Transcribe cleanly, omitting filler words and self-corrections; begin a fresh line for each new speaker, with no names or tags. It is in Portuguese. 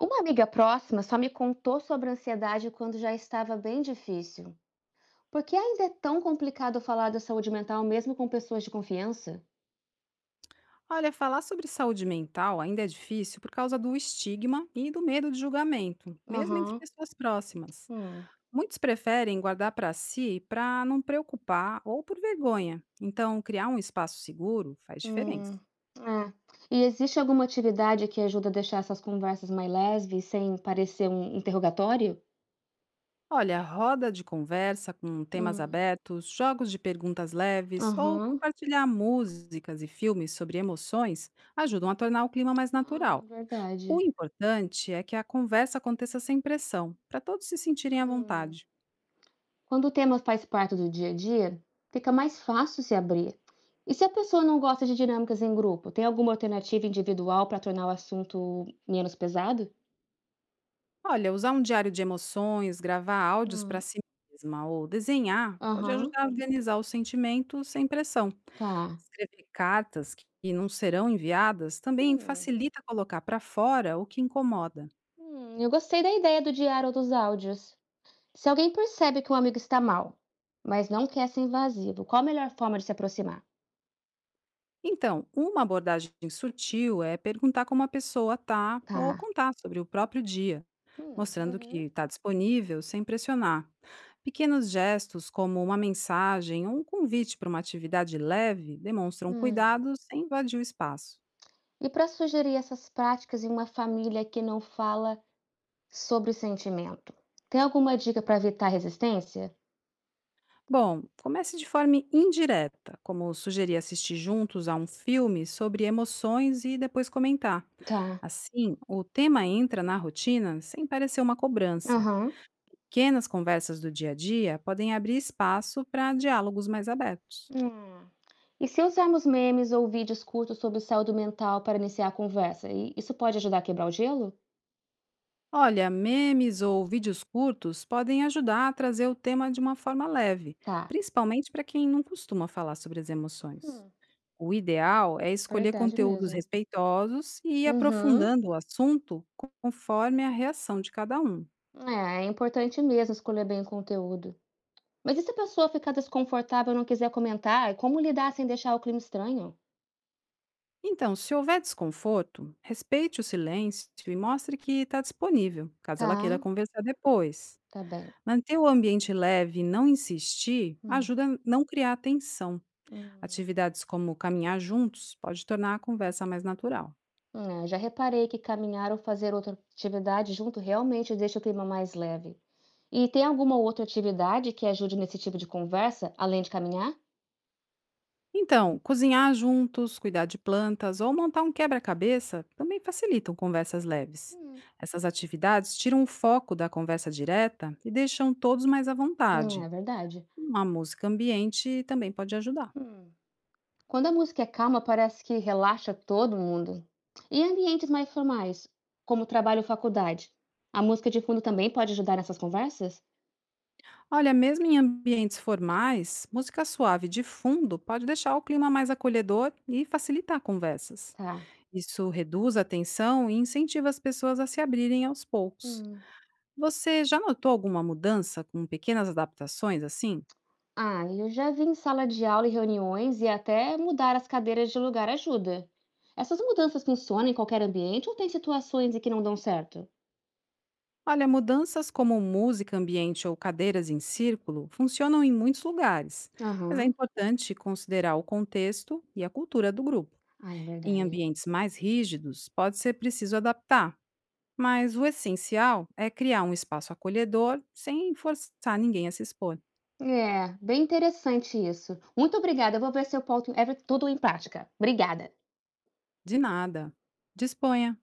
Uma amiga próxima só me contou sobre ansiedade quando já estava bem difícil. Por que ainda é tão complicado falar da saúde mental mesmo com pessoas de confiança?
Olha, falar sobre saúde mental ainda é difícil por causa do estigma e do medo de julgamento, mesmo entre
Aham.
pessoas próximas.
Hum.
Muitos preferem guardar para si para não preocupar ou por vergonha. Então, criar um espaço seguro faz diferença.
Hum. É. E existe alguma atividade que ajuda a deixar essas conversas mais leves, sem parecer um interrogatório?
Olha, roda de conversa com temas
Hum.
abertos, jogos de perguntas leves ou
Aham.
compartilhar músicas e filmes sobre emoções ajudam a tornar o clima mais
Ah,
natural. O
verdade.
importante é que a conversa aconteça sem pressão, para todos se sentirem à
Hum.
vontade.
Quando o tema faz parte do dia a dia, fica mais fácil se abrir. E se a pessoa não gosta de dinâmicas em grupo, tem alguma alternativa individual para tornar o assunto menos pesado?
Olha, usar um diário de emoções, gravar áudios para
Hum.
si mesma ou desenhar pode
Aham,
ajudar a organizar os sentimentos sem pressão.
tá.
Escrever cartas que não serão enviadas também
Hum.
facilita colocar para fora o que incomoda.
Eu gostei da ideia do diário ou dos áudios. Se alguém percebe que um amigo está mal, mas não quer ser invasivo, qual a melhor forma de se aproximar?
Então, uma abordagem sutil é perguntar como a pessoa está ou
Tá.
contar sobre o próprio dia,
Hum.
mostrando que
Uhum.
está disponível sem pressionar. Pequenos gestos, como uma mensagem ou um convite para uma atividade leve, demonstram
Hum.
cuidado sem invadir o espaço.
E para sugerir essas práticas em uma família que não fala sobre o sentimento. Tem alguma dica para evitar resistência?
Bom, comece de forma indireta, como sugerir assistir juntos a um filme sobre emoções e depois comentar.
Tá.
Assim, o tema entra na rotina sem parecer uma cobrança.
Aham.
Pequenas conversas do dia a dia podem abrir espaço para diálogos mais abertos.
Hum. E se usarmos memes ou vídeos curtos sobre saúde mental para iniciar a conversa, isso pode ajudar a quebrar o gelo?
Olha, memes ou vídeos curtos podem ajudar a trazer o tema de uma forma leve,
Tá.
principalmente para quem não costuma falar sobre as emoções.
Hum,
O ideal é escolher
verdade
conteúdos
mesmo.
respeitosos e ir
Uhum.
aprofundando o assunto conforme a reação de cada um.
É, é importante mesmo escolher bem o conteúdo. Mas e se a pessoa ficar desconfortável e não quiser comentar, como lidar sem deixar o clima estranho?
Então, se houver desconforto, respeite o silêncio e mostre que está disponível, caso ela
Tá,
queira conversar depois.
tá bem.
Manter o ambiente leve e não insistir
Hum.
ajuda a não criar tensão.
Hum.
Atividades como caminhar juntos pode tornar a conversa mais natural.
É, já reparei que caminhar ou fazer outra atividade junto realmente deixa o clima mais leve. E tem alguma outra atividade que ajude nesse tipo de conversa, além de caminhar?
Então, cozinhar juntos, cuidar de plantas ou montar um quebra-cabeça também facilitam conversas leves.
Hum.
Essas atividades tiram o foco da conversa direta e deixam todos mais à
É
vontade.
verdade.
Uma música ambiente também pode ajudar.
Hum. Quando a música é calma, parece que relaxa todo mundo. E ambientes mais formais, como trabalho ou faculdade? A música de fundo também pode ajudar nessas conversas?
Olha, mesmo em ambientes formais, música suave de fundo pode deixar o clima mais acolhedor e facilitar conversas.
Tá.
Isso reduz a tensão e incentiva as pessoas a se abrirem aos poucos.
Hum.
Você já notou alguma mudança com pequenas adaptações assim?
Ah, eu já vi em sala de aula e reuniões e até mudar as cadeiras de lugar ajuda. Essas mudanças funcionam em qualquer ambiente ou tem situações em que não dão certo?
Olha, mudanças como música, ambiente ou cadeiras em círculo funcionam em muitos lugares, mas é
Aham.
importante considerar o contexto e a cultura do grupo.
Ah, é
Em
verdade.
ambientes mais rígidos, pode ser preciso adaptar, mas o essencial é criar um espaço acolhedor sem forçar ninguém a se expor.
É, bem interessante isso. Muito obrigada. Eu vou ver se eu boto tudo em prática. Obrigada.
De nada. Disponha!